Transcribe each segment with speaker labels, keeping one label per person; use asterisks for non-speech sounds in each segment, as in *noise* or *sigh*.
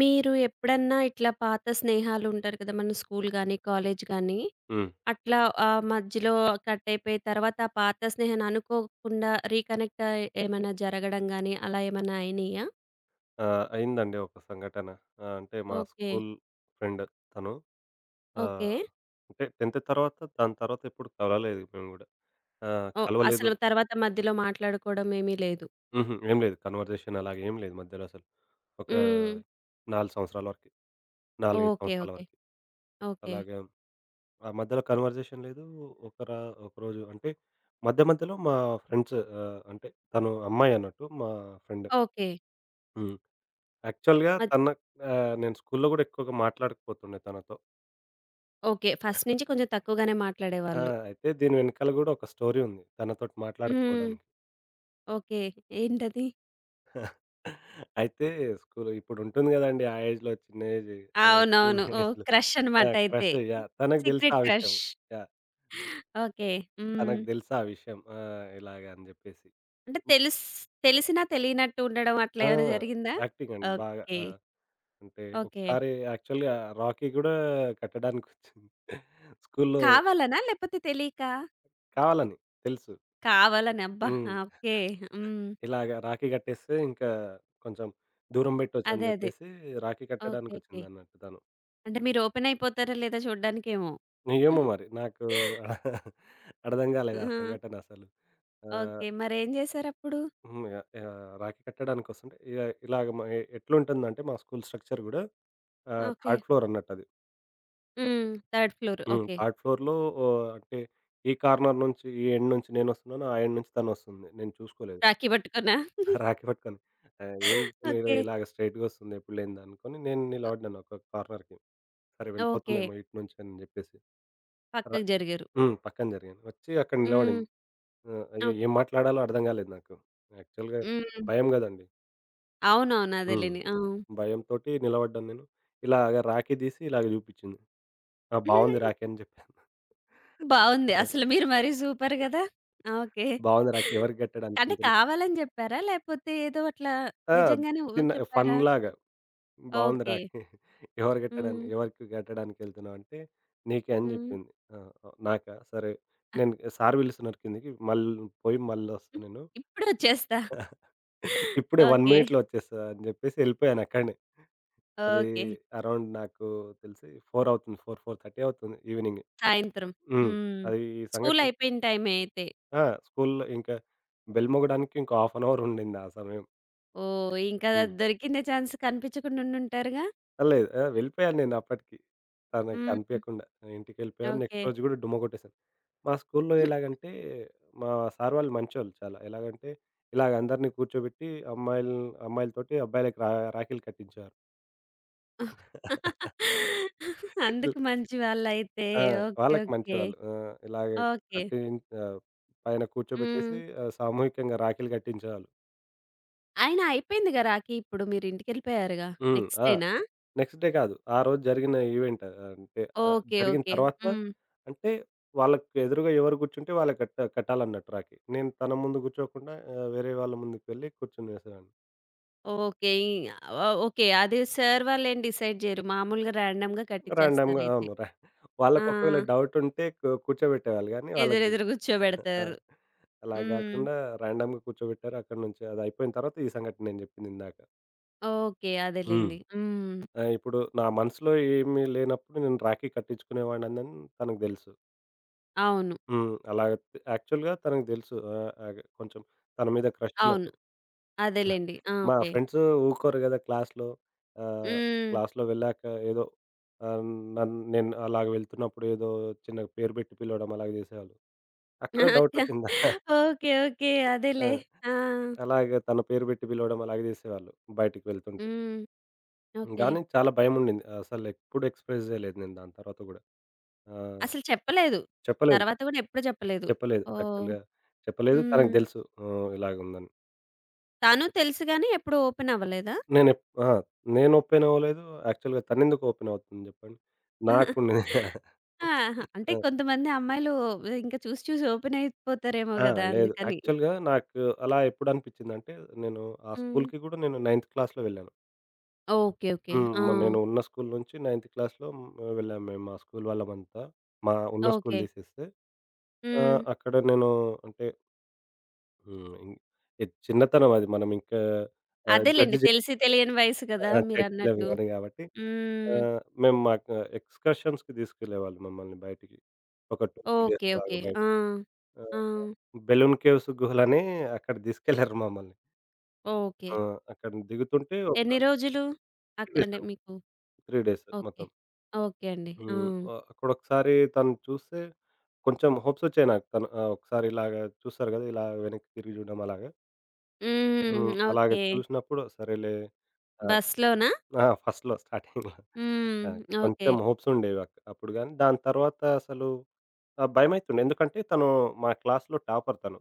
Speaker 1: మీరు ఎప్పుడన్నా ఇట్లా పాత స్నేహాలుంటారు కదా! మన స్కూల్ గానీ, కాలేజ్ గానీ,
Speaker 2: హ్మ్.
Speaker 1: అట్లా మధ్యలో కట్ అయిపోయి తర్వాత ఆ పాత స్నేహాన్ని అనుకోకుండా రీకనెక్ట్ అయి ఏమైనా జరగడం గానీ, అలా ఏమన్నా అయినియా?
Speaker 2: ఆ! అయిందండి ఒక సంఘటన. అంటే మా
Speaker 1: ఓకే.
Speaker 2: స్కూల్ ఫ్రెండ్ తను.
Speaker 1: ఓకే.
Speaker 2: ఆహ్, అంటే 10థ్ తర్వాత దాని తర్వాత ఎప్పుడు కలవలేదు మేము గూడా. ఆ!
Speaker 1: ఓహ్!
Speaker 2: కలవలేదు.
Speaker 1: అసలు తర్వాత మధ్యలో మాట్లాడుకోవడం ఏమీ లేదు.
Speaker 2: హుహు. ఏం లేదు. కన్వర్జేషన్ అలాగ ఏం లేదు మధ్యలో అసలు. ఒక
Speaker 1: హ్మ్.
Speaker 2: 4 సంవత్సరాల వరకి. 4, 5
Speaker 1: ఓకే.
Speaker 2: సంవత్సరాల
Speaker 1: ఓకే.
Speaker 2: వరకి.
Speaker 1: ఓకే.
Speaker 2: అలాగే ఆ మధ్యలో కన్వర్జేషన్ లేదు. ఒకరా ఒకరోజు అంటే మధ్య మధ్యలో మా ఫ్రెండ్స్ అంటే తను అమ్మాయి అన్నట్టు మా ఫ్రెండ్.
Speaker 1: ఓకే.
Speaker 2: హ్మ్. యాక్చువల్‌గా
Speaker 1: మద్
Speaker 2: తన నేను స్కూల్‌లో గూడా ఎక్కువగా మాట్లాడకపోతుండే తనతో.
Speaker 1: ఓకే. ఫస్ట్ నుంచి కొంచెం తక్కువగానే
Speaker 2: ఆ!
Speaker 1: మాట్లాడేవాళ్ళు.
Speaker 2: అయితే దీని వెనకాల గూడా ఒక స్టోరీ ఉంది. తనతోటి
Speaker 1: హ్మ్.
Speaker 2: మాట్లాడకపోవడానికి.
Speaker 1: ఓకే. ఏంటది?
Speaker 2: అయితే స్కూల్ ఇప్పుడుంటుంది గదండీ! ఆ ఏజ్‌లో చిన్న ఏజ్ స్కూల్
Speaker 1: అవునవును.
Speaker 2: *laughs*
Speaker 1: ఓహ్!
Speaker 2: ఏజ్‌లో
Speaker 1: క్రష్
Speaker 2: ఆ!
Speaker 1: అనమాట అయితే.
Speaker 2: Crush yeah! తనకు తెలుసు
Speaker 1: సీక్రెట్
Speaker 2: ఆ విషయం.
Speaker 1: క్రష్.
Speaker 2: యాహ్!
Speaker 1: ఓకే. హ్మ్.
Speaker 2: తనకు తెలుసు ఆ విషయం. ఆ! ఇలాగ అని జెప్పేసి.
Speaker 1: అంటే
Speaker 2: హ్మ్.
Speaker 1: తెలిసినా తెలియనట్టు ఉండడం అట్లా
Speaker 2: ఆ!
Speaker 1: ఏమైనా జరిగిందా?
Speaker 2: యాక్టింగ్ అండి బాగా.
Speaker 1: ఓకే.
Speaker 2: ఆ! అంటే
Speaker 1: ఓకే.
Speaker 2: ఒకసారి యాక్చువల్‌గా 'రాకీ' గూడా కట్టడానికొచ్చింది. స్కూల్‌లో
Speaker 1: కావాలనా? లేపోతే తెలీకా?
Speaker 2: కావాలని తెలుసు.
Speaker 1: కావాలని. అబ్బా!
Speaker 2: హ్మ్.
Speaker 1: ఆ! ఓకే. హ్మ్.
Speaker 2: ఇలాగ రాఖీ కట్టేస్తే ఇంకా కొంచెం దూరం పెట్టొచ్చని
Speaker 1: అదే. అదే.
Speaker 2: జెప్పేసి రాఖీ
Speaker 1: ఓకే. ఓకే.
Speaker 2: కట్టడానికొచ్చిందన్నట్టు తను.
Speaker 1: అంటే మీరు ఓపెన్ అయిపోతారా లేదా చూడ్డానికేమో.
Speaker 2: ఏమో మరి నాకు *laughs* అర్థం
Speaker 1: ఆ!
Speaker 2: గాలేదు ఆ సంఘటన అసలు. ఆహ్,
Speaker 1: ఓకే. మరేం జేశారప్పుడు?
Speaker 2: హ్మ్. ఇగ ఆహ్, రాఖీ కట్టడానికొస్తుంటే ఇలాగ మ ఎ ఎట్లుంటుందంటే మా స్కూల్ స్ట్రక్చర్ గూడా
Speaker 1: ఓకే.
Speaker 2: థర్డ్ ఫ్లోర్ అన్నట్టది.
Speaker 1: హ్మ్. Third floor.
Speaker 2: హ్మ్.
Speaker 1: ఓకే.
Speaker 2: థర్డ్ ఫ్లోర్‌లో ఓ అంటే ఈ కార్నర్ నుంచి, ఈ ఎండ్ నుంచి నేనొస్తున్నాను. ఆ ఎండ్ నుంచి తనొస్తుంది. నేను చూసుకోలేదు.
Speaker 1: రాఖీ పట్టుకునా?
Speaker 2: రాఖీ పట్టుకొని. ఏంది తను
Speaker 1: ఓకే.
Speaker 2: ఇలాగ స్ట్రెయిట్‌గా వస్తుంది ఎప్పుడు లేనిది అనుకోని నేను నిలబడ్డాను ఒక కార్నర్‌కి. సరే
Speaker 1: ఓకే.
Speaker 2: వెళ్ళిపోతుందేమో ఇటు నుంచి అని జెప్పేసి. ర
Speaker 1: పక్కకి జరిగారు.
Speaker 2: హ్మ్. పక్కన జరిగాను. వచ్చి అక్కడ
Speaker 1: హ్మ్.
Speaker 2: నిలబడింది. అయ్యో!
Speaker 1: ఓకే.
Speaker 2: ఏం మాట్లాడాలో అర్థం గాలేదు నాకు. యాక్చువల్‌గా
Speaker 1: హ్మ్.
Speaker 2: భయం గదండీ!
Speaker 1: అవునవును.
Speaker 2: హ్మ్.
Speaker 1: అదేలెండి.
Speaker 2: భయంతోటి నిలబడ్డాను నేను. ఇలాగ రాఖీ తీసి ఇలాగ జూపిచ్చింది. ఆ! బావుంది రాఖీ
Speaker 1: ఆ!
Speaker 2: అని జెప్పాను.
Speaker 1: బావుంది. అసలు మీరు మరీ సూపర్ గదా! ఓకే.
Speaker 2: బావుంది *laughs* రాఖీ ఎవరికి గట్టడానికి
Speaker 1: అంటే
Speaker 2: ఎళ్తున్నావు?
Speaker 1: కావాలని జెప్పారా? లేపోతే ఏదో అట్లా
Speaker 2: ఆ!
Speaker 1: నిజంగానే ఊ
Speaker 2: చిన్న ఫన్
Speaker 1: చెప్పారా?
Speaker 2: లాగా. బావుంది
Speaker 1: ఓకే.
Speaker 2: రాఖీ. *laughs* ఎవరు గట్టడని
Speaker 1: హ్మ్.
Speaker 2: ఎవరికి గట్టడానికెళ్తున్నావంటే, నీకే అని
Speaker 1: హ్మ్.
Speaker 2: జెప్పింది. ఆ! ఆ! నాకా? సరే. నేను సార్ పిలుస్తున్నారు కిందకి. మళ్ళీ పోయి మళ్ళొస్తా
Speaker 1: హ్మ్.
Speaker 2: నేను.
Speaker 1: ఇప్పుడొచ్చేస్తా.
Speaker 2: *laughs* ఇప్పుడే 1
Speaker 1: ఓకే.
Speaker 2: మినిట్‌లో వచ్చేస్తా అని జెప్పేసి ఎళ్ళిపోయానక్కడనే. అది
Speaker 1: ఓకే.
Speaker 2: అరౌండ్ నాకు తెలిసి 4 అవుతుంది. 4, 4:30 అవుతుంది ఈవినింగ్.
Speaker 1: సాయంత్రం.
Speaker 2: హ్మ్.
Speaker 1: హ్మ్.
Speaker 2: అది ఈ సంఘటన.
Speaker 1: స్కూలయిపోయిన టైమే అయితే.
Speaker 2: ఆ! స్కూల్‌లో ఇంకా బెల్ మోగడానికి ఇంకో హాఫ్ అన్ అవర్ ఉండింది ఆ సమయం.
Speaker 1: ఓహ్! ఇంకా
Speaker 2: హ్మ్.
Speaker 1: దొరికిందే ఛాన్స్ కనిపించకుండా ఉండుంటారుగా?
Speaker 2: లేదు. ఆ! వెళ్ళిపోయాను నేను అప్పటికి. తనకి
Speaker 1: హ్మ్.
Speaker 2: కనిపియకుండా. ఇంటికెళ్ళిపోయాను.
Speaker 1: ఓకే.
Speaker 2: నెక్స్ట్ రోజు గూడా డుమ్మ కొట్టేసాను. మా స్కూల్‌లో
Speaker 1: హ్మ్.
Speaker 2: ఎలాగంటే, మా సార్ వాళ్ళు మంచోళ్ళు చాలా. ఎలాగంటే, ఇలాగ అందరిని కూర్చోబెట్టి అమ్మాయిలతోటి అబ్బాయిలకి రాఖీలు కట్టించేవారు. ఇల్
Speaker 1: అందుకు మంచి వాళ్ళయితే.
Speaker 2: ఆ!
Speaker 1: ఓకే.
Speaker 2: వాళ్ళకి
Speaker 1: ఓకే.
Speaker 2: మంచివాళ్ళు. ఆ! ఇలాగే
Speaker 1: ఓకే.
Speaker 2: కట్టి ఆహ్, పైన
Speaker 1: హ్మ్.
Speaker 2: కూర్చోబెట్టేసి సామూహికంగా రాఖీలు కట్టించేవాళ్ళు.
Speaker 1: అయినా అయిపోయిందిగా రాఖీ ఇప్పుడు. మీరు ఇంటికెళ్ళిపోయారుగా.
Speaker 2: హ్మ్.
Speaker 1: నెక్స్ట్
Speaker 2: ఆ!
Speaker 1: డేనా?
Speaker 2: నెక్స్ట్ డే కాదు. ఆ రోజు జరిగిన ఈవెంట్ అంటే
Speaker 1: ఓకే.
Speaker 2: జరిగిన
Speaker 1: ఓకే.
Speaker 2: తర్వాత
Speaker 1: హ్మ్.
Speaker 2: అంటే వాళ్ళకి ఎదురుగా ఎవరు కూర్చుంటే వాళ్ళకి కట్టాలన్నట్టు రాఖీ. నేను తన ముందు కూర్చోకుండా వేరే వాళ్ళ ముందుకు వెళ్ళి కూర్చునేసేవాడిని.
Speaker 1: ఓకే. Oh okay. అది సార్ వాళ్ళేం డిసైడ్ జేయరు. మామూలుగా ర్యాండమ్‌గా
Speaker 2: రాండమ్‌గా
Speaker 1: కట్టిచ్చేస్తారయితే.
Speaker 2: అవును.
Speaker 1: ఆ!
Speaker 2: వాళ్ళకి ఒకవేళ డౌట్ ఉంటే కూర్చోబెట్టేవాళ్ళు గానీ వాళ్ళకి
Speaker 1: ఎదురెదురు
Speaker 2: ఆ!
Speaker 1: కూర్చోబెడతారు.
Speaker 2: అలా
Speaker 1: హ్మ్.
Speaker 2: గాకుండా రాండమ్‌గా కూర్చోబెట్టారు. అక్కడి నుంచి అది అయిపోయిన తర్వాత ఈ సంఘటన నేను చెప్పింది ఇందాక.
Speaker 1: ఓకే.
Speaker 2: హ్మ్.
Speaker 1: అదేలెండి. హ్మ్.
Speaker 2: ఇప్పుడు నా మనసులో ఏమీ లేనప్పుడు నేను రాఖీ కట్టించుకునేవాడినని తనకు తెలుసు.
Speaker 1: అవును.
Speaker 2: హ్మ్. అలాగ యాక్చువల్‌గా తనకు తెలుసు. ఆహ్, ఆగ్ కొంచెం తన మీద క్రష్
Speaker 1: అవును.
Speaker 2: ఉన్నట్టు.
Speaker 1: అదేలెండి. ఆ!
Speaker 2: మా
Speaker 1: ఓకే.
Speaker 2: ఫ్రెండ్స్ ఊరుకోరు గదా! క్లాస్‌లో ఆహ్,
Speaker 1: హ్మ్.
Speaker 2: క్లాస్‌లో వెళ్ళాక ఏదో ఆహ్, నన్ నేను అలాగ వెళ్తున్నప్పుడు ఏదో చిన్నగా పేరు పెట్టి పిలవడం అలాగ చేసేవాళ్ళు. అక్కడ డౌట్
Speaker 1: *laughs*
Speaker 2: వచ్చిందా.
Speaker 1: ఓకే. ఓకే.
Speaker 2: ఆ!
Speaker 1: అదేలే. ఆ!
Speaker 2: అలాగే తన పేరు పెట్టి పిలవడం అలాగే చేసేవాళ్ళు బయటికి వెళ్తుంటే.
Speaker 1: హ్మ్. ఓకే.
Speaker 2: గానీ చాలా భయముండింది. అసలు ఎప్పుడు ఎక్స్‌ప్రెస్ చేయలేదు నేను దాని తర్వాత గూడా. ఆహ్,
Speaker 1: అసలు చెప్పలేదు.
Speaker 2: చెప్పలేదు.
Speaker 1: తర్వాత గూడా ఎప్పుడు జెప్పలేదు.
Speaker 2: చెప్పలేదు
Speaker 1: ఓహ్!
Speaker 2: యాక్చువల్‌గా చెప్పలేదు.
Speaker 1: హ్మ్.
Speaker 2: తనకు తెలుసు. హ్మ్. ఇలాగుందని.
Speaker 1: తను తెలుసు గాని ఎప్పుడు ఓపెన్ అవ్వలేదా?
Speaker 2: ఆ! నేను ఓపెన్ అవ్వలేదు. యాక్చువల్‌గా తనెందుకు ఓపెన్ అవుతుంది జెప్పండి. నాకుండేది
Speaker 1: ఆహా! అంటే
Speaker 2: ఆ!
Speaker 1: కొంతమంది అమ్మాయిలు ఇంకా చూసి చూసి ఓపెన్ అయిపోతారేమో
Speaker 2: ఆ!
Speaker 1: గదా!
Speaker 2: లేదు.
Speaker 1: అందుకని.
Speaker 2: యాక్చువల్‌గా నాకు అలా ఎప్పుడనిపిచ్చిందంటే, నేను ఆ
Speaker 1: హ్మ్.
Speaker 2: స్కూల్‌కి గూడా నేను నైన్త్ క్లాస్‌లో వెళ్ళాను.
Speaker 1: ఓకే. ఓకే.
Speaker 2: హ్మ్.
Speaker 1: ఆ!
Speaker 2: నేను ఉన్న స్కూల్ నుంచి నైన్త్ క్లాస్‌లో హ్మ్, వెళ్ళాం మేము మా స్కూల్ వాళ్ళమంతా. మా ఉన్న స్కూల్
Speaker 1: ఓకే.
Speaker 2: తీసేస్తే. ఆ!
Speaker 1: హ్మ్.
Speaker 2: అక్కడ నేను అంటే హ్మ్. చిన్నతనం అది. మనం ఇంకా ఆహ్,
Speaker 1: అదేలెండి.
Speaker 2: జడ్జ్ జే
Speaker 1: తెలిసి తెలియని వయసు గదా!
Speaker 2: ఆ!
Speaker 1: మీరన్నట్టు.
Speaker 2: జడ్జిలమవ్వను గాబట్టి ఆ!
Speaker 1: హ్మ్.
Speaker 2: మేము మాకు ఎక్స్‌కర్షన్స్‌కి తీసుకెళ్ళేవాళ్ళు మమ్మల్ని బయటికి. ఒక 2, 3 డేస్
Speaker 1: ఓకే. ఓకే.
Speaker 2: అలాగా బయట
Speaker 1: ఆ!
Speaker 2: ఆ!
Speaker 1: ఆ!
Speaker 2: బెలూన్ కేవ్స్, గుహలని అక్కడ తీసుకెళ్లారు మమ్మల్ని.
Speaker 1: ఓకే.
Speaker 2: ఆ! అక్కడ దిగుతుంటే ఒక
Speaker 1: ఎన్ని రోజులు?
Speaker 2: 3 డేస్
Speaker 1: అంటే
Speaker 2: అండి.
Speaker 1: మీకు
Speaker 2: 3 డేస్
Speaker 1: ఓకే.
Speaker 2: మొత్తం.
Speaker 1: ఓకే అండి. ఆ!
Speaker 2: హ్మ్. అక్కడొకసారి తను చూస్తే కొంచెం హోప్స్ వచ్చాయి నాకు. తను ఒకసారి ఇలాగ చూస్తారు కదా! ఇలా వెనక్కి తిరిగి చూడడం అలాగా.
Speaker 1: హ్మ్.
Speaker 2: హ్మ్. అలాగ
Speaker 1: ఓకే.
Speaker 2: చూసినప్పుడు సరేలే. ఆ!
Speaker 1: బస్‌లోనా?
Speaker 2: ఆ! ఫస్ట్‌లో స్టార్టింగ్‌లో.
Speaker 1: హ్మ్.
Speaker 2: ఆ!
Speaker 1: ఓకే.
Speaker 2: కొంచెం హోప్స్ ఉండేవి అప్పుడు గానీ, దాని తర్వాత అసలు భయమైతుండే. ఎందుకంటే తను మా క్లాస్‌లో టాపర్ తను.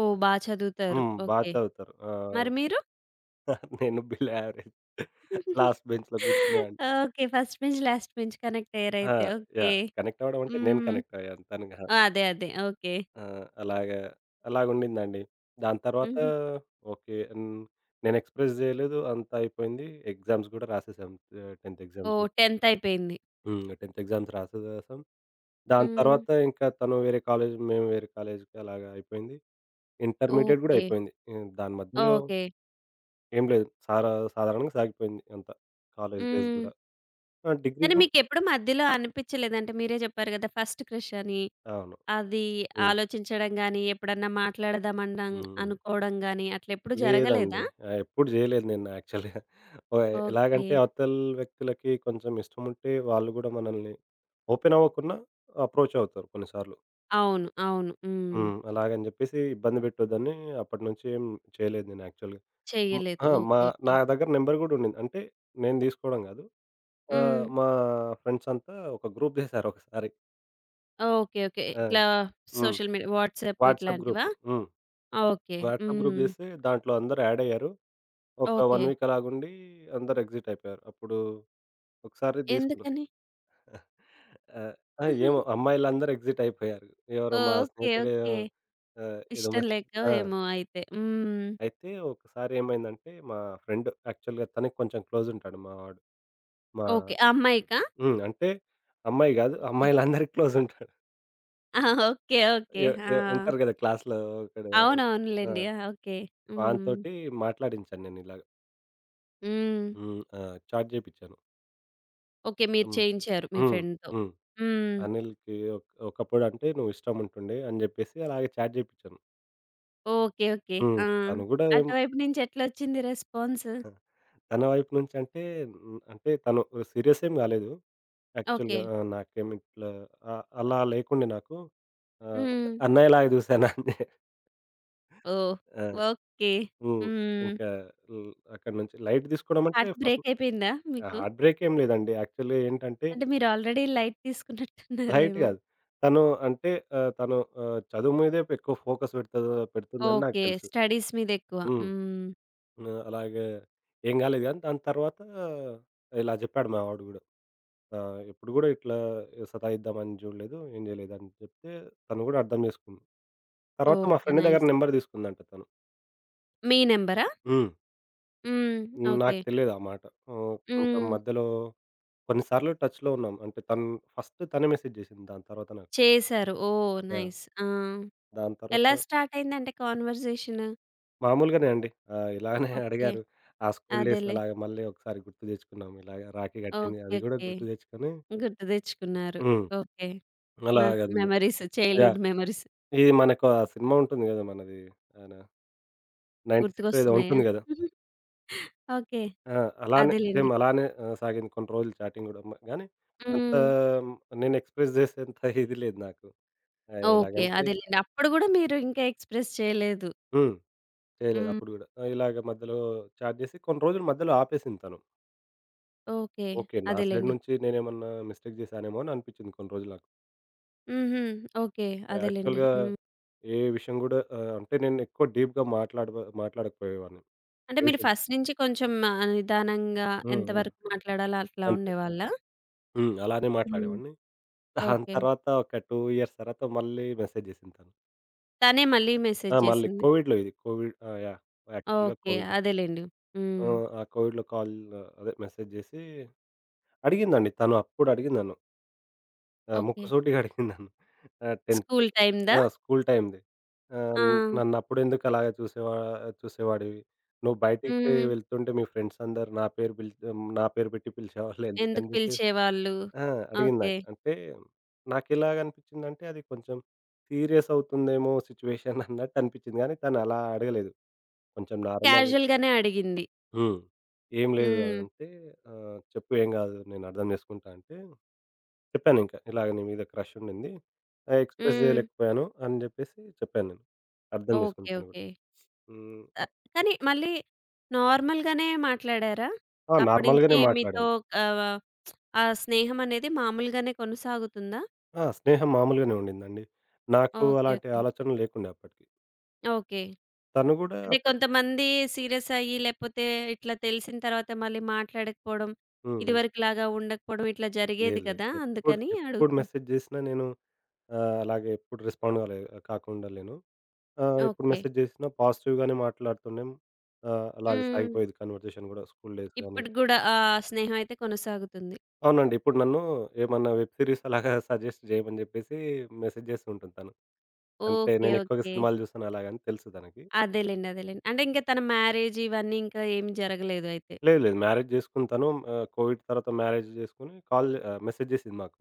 Speaker 1: ఓహ్! బా చదువుతారు.
Speaker 2: హ్మ్. బా
Speaker 1: ఓకే.
Speaker 2: చదువుతారు.
Speaker 1: మరి మీరు?
Speaker 2: *laughs* నేను బిలో యావరేజ్ లాస్ట్ బెంచ్‌లో కూర్చునేవాడిని.
Speaker 1: Okay. First bench, last bench connect
Speaker 2: ఆ!
Speaker 1: అయ్యారైతే. ఓకే.
Speaker 2: యాహ్! కనెక్ట్ అవ్వడం అంటే నేను
Speaker 1: హ్మ్.
Speaker 2: కనెక్ట్ అయ్యాను. తను కాదు.
Speaker 1: ఆ! అదే. అదే. ఓకే.
Speaker 2: ఆ! అలాగా అలాగుండిందండి. దాని తర్వాత
Speaker 1: హుహు.
Speaker 2: ఓకే. హ్మ్. నేను ఎక్స్‌ప్రెస్ జేయలేదు. అంతా అయిపోయింది. ఎగ్జామ్స్ గూడా రాసేసాం. 10థ్ ఎగ్జామ్స్
Speaker 1: ఓహ్!
Speaker 2: గూడా.
Speaker 1: 10థ్ అయిపోయింది.
Speaker 2: హ్మ్. 10థ్ ఎగ్జామ్స్ రాసేసాం. దాని
Speaker 1: హ్మ్.
Speaker 2: తర్వాత ఇంకా తను వేరే కాలేజ్, మేము వేరే కాలేజ్‌కి అలాగా అయిపోయింది. ఇంటర్మీడియేట్ గూడా
Speaker 1: ఓకే.
Speaker 2: అయిపోయింది. హ్మ్. దాని మధ్యలో
Speaker 1: ఓకే.
Speaker 2: ఏం లేదు. సాధారణంగా సాగిపోయింది అంతా. కాలేజ్ డేస్
Speaker 1: హ్మ్.
Speaker 2: గూడా. ఆ! డిగ్రీ
Speaker 1: కానీ
Speaker 2: గూడా
Speaker 1: మీకెప్పుడు మధ్యలో అనిపిచ్చలేదా? అంటే మీరే జెప్పారు గదా! ఫస్ట్ క్రష్ అని.
Speaker 2: అవును.
Speaker 1: అది
Speaker 2: హ్మ్.
Speaker 1: ఆలోచించడం గాని, ఎప్పుడన్నా మాట్లాడదామనడం
Speaker 2: హ్మ్.
Speaker 1: అనుకోవడం గాని అట్లెప్పుడు జరగలేదా?
Speaker 2: లేదండి. ఎప్పుడు జేయలేదు నేను యాక్చువల్‌గా. ఓహ్!
Speaker 1: ఓకే.
Speaker 2: ఎలాగంటే అవతల వ్యక్తులకి కొంచెం ఇష్టముంటే వాళ్ళు గూడా మనల్ని ఓపెన్ అవ్వకున్నా అప్రోచ్ అవుతారు కొన్ని సార్లు.
Speaker 1: అవును. అవును. హ్మ్.
Speaker 2: హ్మ్. అలాగని జెప్పేసి ఇబ్బంది పెట్టొద్దని అప్పటి నుంచి ఏం చేయలేదు నేను యాక్చువల్‌గా. హ్మ్.
Speaker 1: చెయ్యలేదు.
Speaker 2: ఆ!
Speaker 1: ఓకే. ఓకే.
Speaker 2: నా దగ్గర నెంబర్ గూడా ఉండింది. అంటే నేను తీసుకోవడం గాదు.
Speaker 1: హ్మ్.
Speaker 2: మా ఫ్రెండ్స్ అంతా ఒక గ్రూప్ జేశారు ఒకసారి.
Speaker 1: ఓకే. ఓకే.
Speaker 2: ఆ!
Speaker 1: ఇట్లా
Speaker 2: హ్మ్.
Speaker 1: సోషల్ మీడియా వాట్సాప్
Speaker 2: వాట్సాప్
Speaker 1: ఇట్లాంటివా?
Speaker 2: గ్రూప్. హ్మ్.
Speaker 1: ఆ! ఓకే.
Speaker 2: వాట్సాప్ గ్రూప్
Speaker 1: హ్మ్.
Speaker 2: జేస్తే దాంట్లో అందరూ యాడ్ అయ్యారు. ఒక
Speaker 1: ఓకే.
Speaker 2: 1 వీక్ అలాగుండి అందరూ ఎగ్జిట్ అయిపోయారు. అప్పుడు ఒకసారి తీసుకున్నాం.
Speaker 1: ఎందుకని?
Speaker 2: ఆహ్, ఆ! ఏమో అమ్మాయిలందరూ ఎగ్జిట్ అయిపోయారు. ఎవరో మా
Speaker 1: ఓకే.
Speaker 2: స్నేహితుడేమో
Speaker 1: ఓకే.
Speaker 2: ఏదో
Speaker 1: ఇష్టం లేకో
Speaker 2: ఆ!
Speaker 1: ఏమో అయితే. హ్మ్.
Speaker 2: అయితే ఒకసారి ఏమైందంటే, మా ఫ్రెండ్ యాక్చువల్‌గా తనకి కొంచెం క్లోజ్ ఉంటాడు మా వాడు. మా
Speaker 1: ఓకే. ఆ అమ్మాయికా?
Speaker 2: హ్మ్. అంటే అమ్మాయి గాదు.
Speaker 1: ఓకే.
Speaker 2: అమ్మాయిలందరికి క్లోజ్ ఉంటాడు.
Speaker 1: ఆ! ఓకే. ఓకే.
Speaker 2: ఎ
Speaker 1: ఆ!
Speaker 2: ఎ ఉంటారు గదా! క్లాస్‌లో ఒకడు ఎవరైనా. ఆ!
Speaker 1: అవునవునులెండి. ఆ! ఓకే. హ్మ్.
Speaker 2: వానితోటి మాట్లాడించాను నేను ఇలాగ.
Speaker 1: హ్మ్.
Speaker 2: హ్మ్. చాట్ జేపిచ్చాను.
Speaker 1: ఓకే. మీరు
Speaker 2: హ్మ్.
Speaker 1: చేయించారు మీ
Speaker 2: హ్మ్.
Speaker 1: ఫ్రెండ్‌తో.
Speaker 2: హ్మ్.
Speaker 1: హ్మ్.
Speaker 2: అనిల్‌కి ఒకప్పుడు అంటే నువ్వు ఇష్టం ఉంటుండే అని జెప్పేసి అలాగే చాట్ జేపిచ్చాను.
Speaker 1: ఓకే. ఓకే.
Speaker 2: హ్మ్.
Speaker 1: ఆ!
Speaker 2: తను గూడా ఏం
Speaker 1: అటువైపు నుంచి ఎట్లొచ్చింది రెస్పాన్స్?
Speaker 2: ఆ! తన వైపు నుంచి అంటే హ్మ్, అంటే తను సీరియస్ ఏం కాలేదు.
Speaker 1: ఓకే.
Speaker 2: యాక్చువల్‌గా ఆ! నాకేమి ఇట్లా అ అలా లేకుండే నాకు. ఒక
Speaker 1: హ్మ్.
Speaker 2: అన్నయ్యలాగా చూసాను అంతే.
Speaker 1: ఓహ్!
Speaker 2: ఆ!
Speaker 1: ఓకే.
Speaker 2: హ్మ్.
Speaker 1: హ్మ్.
Speaker 2: ఇంకా హ్మ్, అక్కడి నుంచి లైట్ తీసుకోవడం అంటే
Speaker 1: హార్ట్
Speaker 2: ఫస్ట్
Speaker 1: బ్రేక్ అయిపోయిందా మీకు?
Speaker 2: హార్ట్ బ్రేక్ ఏం లేదండి. యాక్చువల్‌గా ఏంటంటే
Speaker 1: అంటే మీరు ఆల్రెడీ లైట్
Speaker 2: లైట్
Speaker 1: తీసుకున్నట్టున్నారేమో.
Speaker 2: కాదు. తను అంటే తను చదువు మీదే ఎక్కువ ఫోకస్ పెడుతుందని నాకు
Speaker 1: ఓకే.
Speaker 2: తెలుసు.
Speaker 1: స్టడీస్ మీద ఎక్కువ.
Speaker 2: హ్మ్.
Speaker 1: హ్మ్.
Speaker 2: అలాగే ఏం కాలేదు కానీ దాని తర్వాత ఇలా చెప్పాడు మా వాడు కూడా. ఆ! ఎప్పుడు గూడా ఇట్లా సతాయిద్దామని జూడలేదు. ఏం జేయలేదు అని జెప్తే తను గూడా అర్థం జేసుకుంది. తర్వాత మా
Speaker 1: ఓకే.
Speaker 2: ఫ్రెండ్ దగ్గర
Speaker 1: నైస్.
Speaker 2: నంబర్ తీసుకుందంట తను.
Speaker 1: మీ నంబరా?
Speaker 2: హ్మ్.
Speaker 1: హ్మ్. ఓకే.
Speaker 2: నాకు తెలీదు ఆ మాట. కొంచెం
Speaker 1: హ్మ్.
Speaker 2: మధ్యలో కొన్ని సార్లు టచ్‌లో ఉన్నాం. అంటే తను ఫస్ట్ తనే మెసేజ్ జేసింది. దాని తర్వాత నాకు.
Speaker 1: చేశారు. ఓహ్!
Speaker 2: యాహ్!
Speaker 1: నైస్. ఆ!
Speaker 2: దాని తర్వాత
Speaker 1: ఎలా స్టార్ట్ అయిందంటే కాన్వర్జేషను?
Speaker 2: మామూలుగానే అండి. ఇలానే *laughs*
Speaker 1: ఓకే.
Speaker 2: అడిగారు. ఆ స్కూల్ డేస్
Speaker 1: అదేలే.
Speaker 2: అలాగా మళ్ళీ ఒకసారి గుర్తు తెచ్చుకున్నాం. ఇలాగ రాఖీ గట్టింది.
Speaker 1: ఓకే.
Speaker 2: అది గూడా
Speaker 1: ఓకే.
Speaker 2: గుర్తు తెచ్చుకొని
Speaker 1: గుర్తు తెచ్చుకున్నారు.
Speaker 2: హ్మ్.
Speaker 1: ఓకే. మ
Speaker 2: అలాగది
Speaker 1: మెమోరీస్
Speaker 2: యాహ్!
Speaker 1: చైల్డ్‌హుడ్ మెమోరీస్
Speaker 2: ఇది మనకు ఆ సినిమా ఉంటుంది గదా! మనది. ఆయన 96 ఏదో
Speaker 1: గుర్తుకొస్తున్నాయా?
Speaker 2: ఉంటుంది గదా!
Speaker 1: *laughs* ఓకే.
Speaker 2: ఆ! అలానే
Speaker 1: అదేలెండి.
Speaker 2: సేమ్ అలానే సాగింది కొన్ని రోజులు చాటింగ్ గూడా. గానీ అంత
Speaker 1: హ్మ్.
Speaker 2: నేను ఎక్స్‌ప్రెస్ జేసేంత *laughs* ఇది లేదు నాకు.
Speaker 1: ఓకే.
Speaker 2: ఎలాగంటే
Speaker 1: అదేలెండి. అప్పుడు గూడా మీరు ఇంకా ఎక్స్‌ప్రెస్ చేయలేదు.
Speaker 2: హ్మ్. చేయలేదు
Speaker 1: హ్మ్.
Speaker 2: అప్పుడు గూడా. ఇలాగ మధ్యలో చాట్ జేసి కొన్ని రోజులు మధ్యలో ఆపేసింది తను.
Speaker 1: ఓకే.
Speaker 2: ఓకే. నా సైడ్
Speaker 1: అదేలెండి.
Speaker 2: నుంచి నేనేమన్నా మిస్టేక్ జేశానేమో అని అనిపించింది కొన్ని రోజులు నాకు.
Speaker 1: హుహు. ఓకే. అదేలెండి.
Speaker 2: యాక్చువల్‌గా
Speaker 1: హ్మ్.
Speaker 2: ఏ విషయం గూడా అంటే నేను ఎక్కువ డీప్‌గా మాట్లాడకపోయేవాడిని.
Speaker 1: అంటే
Speaker 2: ఏ
Speaker 1: మీరు
Speaker 2: విషయం
Speaker 1: ఫస్ట్ నుంచి కొంచెం నిదానంగా
Speaker 2: హ్మ్. హ్మ్.
Speaker 1: ఎంతవరకు మాట్లాడాలో అట్లా
Speaker 2: అంతే.
Speaker 1: ఉండేవాళ్ళా?
Speaker 2: హ్మ్. అలానే
Speaker 1: హ్మ్.
Speaker 2: మాట్లాడేవాడిని. దాని
Speaker 1: ఓకే.
Speaker 2: తర్వాత ఒక 2 ఇయర్స్ తర్వాత మళ్ళీ మెసేజ్ జేసింది తను.
Speaker 1: తనే మళ్ళీ మెసేజ్
Speaker 2: ఆ! మళ్ళీ
Speaker 1: చేసింది.
Speaker 2: కోవిడ్‌లో ఇది. కోవిడ్ ఆ! యాహ్! యాక్చువల్‌గా
Speaker 1: ఓకే.
Speaker 2: కోవిడ్‌లో.
Speaker 1: అదేలెండి. హ్మ్.
Speaker 2: హ్మ్. ఆ కోవిడ్‌లో కాల్ అదే మెసేజ్ జేసి అడిగిందండి. తను అప్పుడు అడిగింది నన్ను.
Speaker 1: ఓకే.
Speaker 2: ముక్కుసూటిగా *laughs* అడిగింది నన్ను. ఆహ్, 10థ్
Speaker 1: స్కూల్ టైమ్‌దా?
Speaker 2: ఆ! స్కూల్ టైమ్‌ది. ఆహ్,
Speaker 1: ఆ!
Speaker 2: నన్నప్పుడెందుకు అలాగా చూసేవా చూసేవాడివి? నువ్వు బయటికి
Speaker 1: హ్మ్.
Speaker 2: వెళ్తుంటే మీ ఫ్రెండ్స్ అందరూ నా పేరు పెట్టి పిలిచేవాళ్ళు
Speaker 1: ఎందుకు
Speaker 2: ఎందుకని జెప్పేసి
Speaker 1: పిలిచేవాళ్ళు?
Speaker 2: ఆ! అడిగింది
Speaker 1: ఓకే.
Speaker 2: నాకు. అంటే నాకెలాగనిపించిందంటే అది కొంచెం సీరియస్ అవుతుందేమో సిట్యుయేషన్ అన్నట్టు అనిపించింది గానీ తను అలా అడగలేదు. కొంచెం నార్మల్
Speaker 1: క్యాజుయల్‌గానే అడిగింది.
Speaker 2: హ్మ్. ఏం లేదు
Speaker 1: హ్మ్.
Speaker 2: అంటే చెప్పు ఏం గాదు నేను అర్థం జేసుకుంటా అంటే, చెప్పానింకా ఇలాగ నీ మీద క్రష్ ఉండింది. ఎక్స్‌ప్రెస్
Speaker 1: హ్మ్.
Speaker 2: జేయలేకపోయాను అని జెప్పేసి చెప్పాను నేను. అర్థం
Speaker 1: ఓకే.
Speaker 2: జేసుకుంది తను గూడా.
Speaker 1: ఓకే.
Speaker 2: హ్మ్.
Speaker 1: ఆహ్, కానీ మళ్ళీ నార్మల్‌గానే మాట్లాడారా?
Speaker 2: ఆ!
Speaker 1: అప్పటి నుంచి
Speaker 2: నార్మల్‌గానే
Speaker 1: మీతో
Speaker 2: మాట్లాడాను.
Speaker 1: ఆహ్, ఆ స్నేహం అనేది మామూలుగానే కొనసాగుతుందా?
Speaker 2: ఆ! స్నేహం మామూలుగానే ఉండిందండి. నాకు
Speaker 1: ఓకే.
Speaker 2: అలాంటి
Speaker 1: ఓకే.
Speaker 2: ఆలోచనలు లేకుండే అప్పటికి.
Speaker 1: ఓకే.
Speaker 2: తను గూడా
Speaker 1: అంటే
Speaker 2: అప్పట్
Speaker 1: కొంతమంది సీరియస్ అయ్యి లేపోతే ఇట్లా తెలిసిన తర్వాత మళ్ళీ మాట్లాడకపోవడం,
Speaker 2: హ్మ్. హ్మ్.
Speaker 1: ఇదివరకులాగా ఉండకపోవడం ఇట్లా జరిగేది
Speaker 2: లేదు లేదు.
Speaker 1: కదా!
Speaker 2: ఎప్పుడు
Speaker 1: అందుకని
Speaker 2: ఎప్పుడు
Speaker 1: అడుగుతున్నా.
Speaker 2: మెసేజ్ జేసినా నేను అలాగే ఎప్పుడు రెస్పాండ్ గాలే కాకుండలేను. ఆ! ఎప్పుడు
Speaker 1: ఓకే.
Speaker 2: మెసేజ్ జేసినా పాజిటివ్‌గానే మాట్లాడుతుండేం. అలాగే
Speaker 1: హ్మ్.
Speaker 2: సాగిపోయేది కన్వర్జేషన్ గూడా స్కూల్ డేస్ గాని
Speaker 1: ఇప్పటికి గూడా ఆ స్నేహం అయితే కొనసాగుతుంది.
Speaker 2: అవునండి. ఇప్పుడు నన్ను ఏమన్నా వెబ్ సీరీస్ అలాగా *laughs* సజెస్ట్ జేయమని జెప్పేసి మెసేజ్ జేస్తూ ఉంటుంది తను. అంటే
Speaker 1: ఓకే.
Speaker 2: నేను ఎక్కువగా
Speaker 1: ఓకే.
Speaker 2: సినిమాలు జూస్తాను అలాగని తెలుసు తనకి.
Speaker 1: అదేలెండి. అదేలెండి. అంటే ఇంక తన మ్యారేజ్ ఇవన్నీ ఇంకా ఏం జరగలేదు అయితే.
Speaker 2: లేదు లేదు. మ్యారేజ్ జేసుకుంది తను. కోవిడ్ తర్వాత మ్యారేజ్ జేసుకొని మెసేజ్ జేసింది మాకు.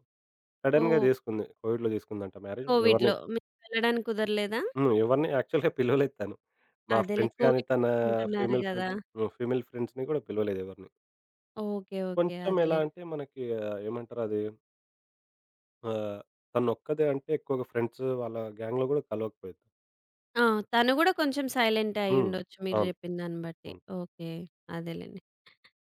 Speaker 2: సడెన్‌గా
Speaker 1: ఓహ్!
Speaker 2: జేసుకుంది. కోవిడ్‌లో జేసుకుందంట మ్యారేజ్.
Speaker 1: కోవిడ్‌లో మీకు వెళ్ళడానికి కుదరలేదా?
Speaker 2: హ్మ్. ఎవరిని యాక్చువల్‌గా పిలవలేదు తను. మా
Speaker 1: అదేలే
Speaker 2: ఫ్రెండ్స్ గాని
Speaker 1: కోవిడ్
Speaker 2: తన
Speaker 1: అంటున్నారు
Speaker 2: ఫీమేల్
Speaker 1: గదా!
Speaker 2: ఫ్రెండ్స్ హ్మ్. ఫీమేల్ ఫ్రెండ్స్‌ని గూడా పిలవలేదు ఎవరిని.
Speaker 1: ఓకే. ఓకే.
Speaker 2: కొంచెం ఎలా
Speaker 1: అదేలెండి.
Speaker 2: అంటే మనకి ఏమంటారు అది ఆహ్, తనొక్కదే అంటే ఎక్కువగా ఫ్రెండ్స్ వాళ్ళ గ్యాంగ్‌లో గూడా కలవకపోయేది.
Speaker 1: ఆ! తను గూడా కొంచెం సైలెంటే
Speaker 2: హ్మ్.
Speaker 1: అయ్యుండొచ్చు మీరు
Speaker 2: అవును.
Speaker 1: జెప్పిన దాన్ని బట్టి.
Speaker 2: అవును.
Speaker 1: ఓకే. అదేలెండి.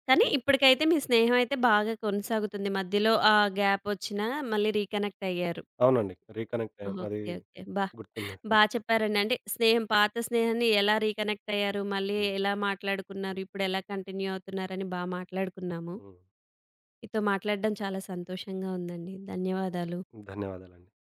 Speaker 1: కానీ
Speaker 2: అలా
Speaker 1: ఇప్పటికైతే మీ స్నేహం అయితే బాగా కొనసాగుతుంది. మధ్యలో ఆ గ్యాపొచ్చినా మళ్ళీ రీకనెక్ట్ అయ్యారు.
Speaker 2: అవునండి. రీకనెక్ట్ అయ్యాం. అది
Speaker 1: ఓకే. ఓకే. బా
Speaker 2: గుర్తుంది.
Speaker 1: బా చెప్పారండి. అంటే స్నేహం పాత స్నేహాన్ని ఎలా రీకనెక్ట్ అయ్యారు, మళ్ళీ
Speaker 2: హ్మ్.
Speaker 1: ఎలా మాట్లాడుకున్నారు, ఇప్పుడెలా కంటిన్యూ అవుతున్నారని బా మాట్లాడుకున్నాము.
Speaker 2: హ్మ్.
Speaker 1: మీతో మాట్లాడడం చాలా సంతోషంగా ఉందండి. ధన్యవాదాలు.
Speaker 2: ధన్యవాదాలండి.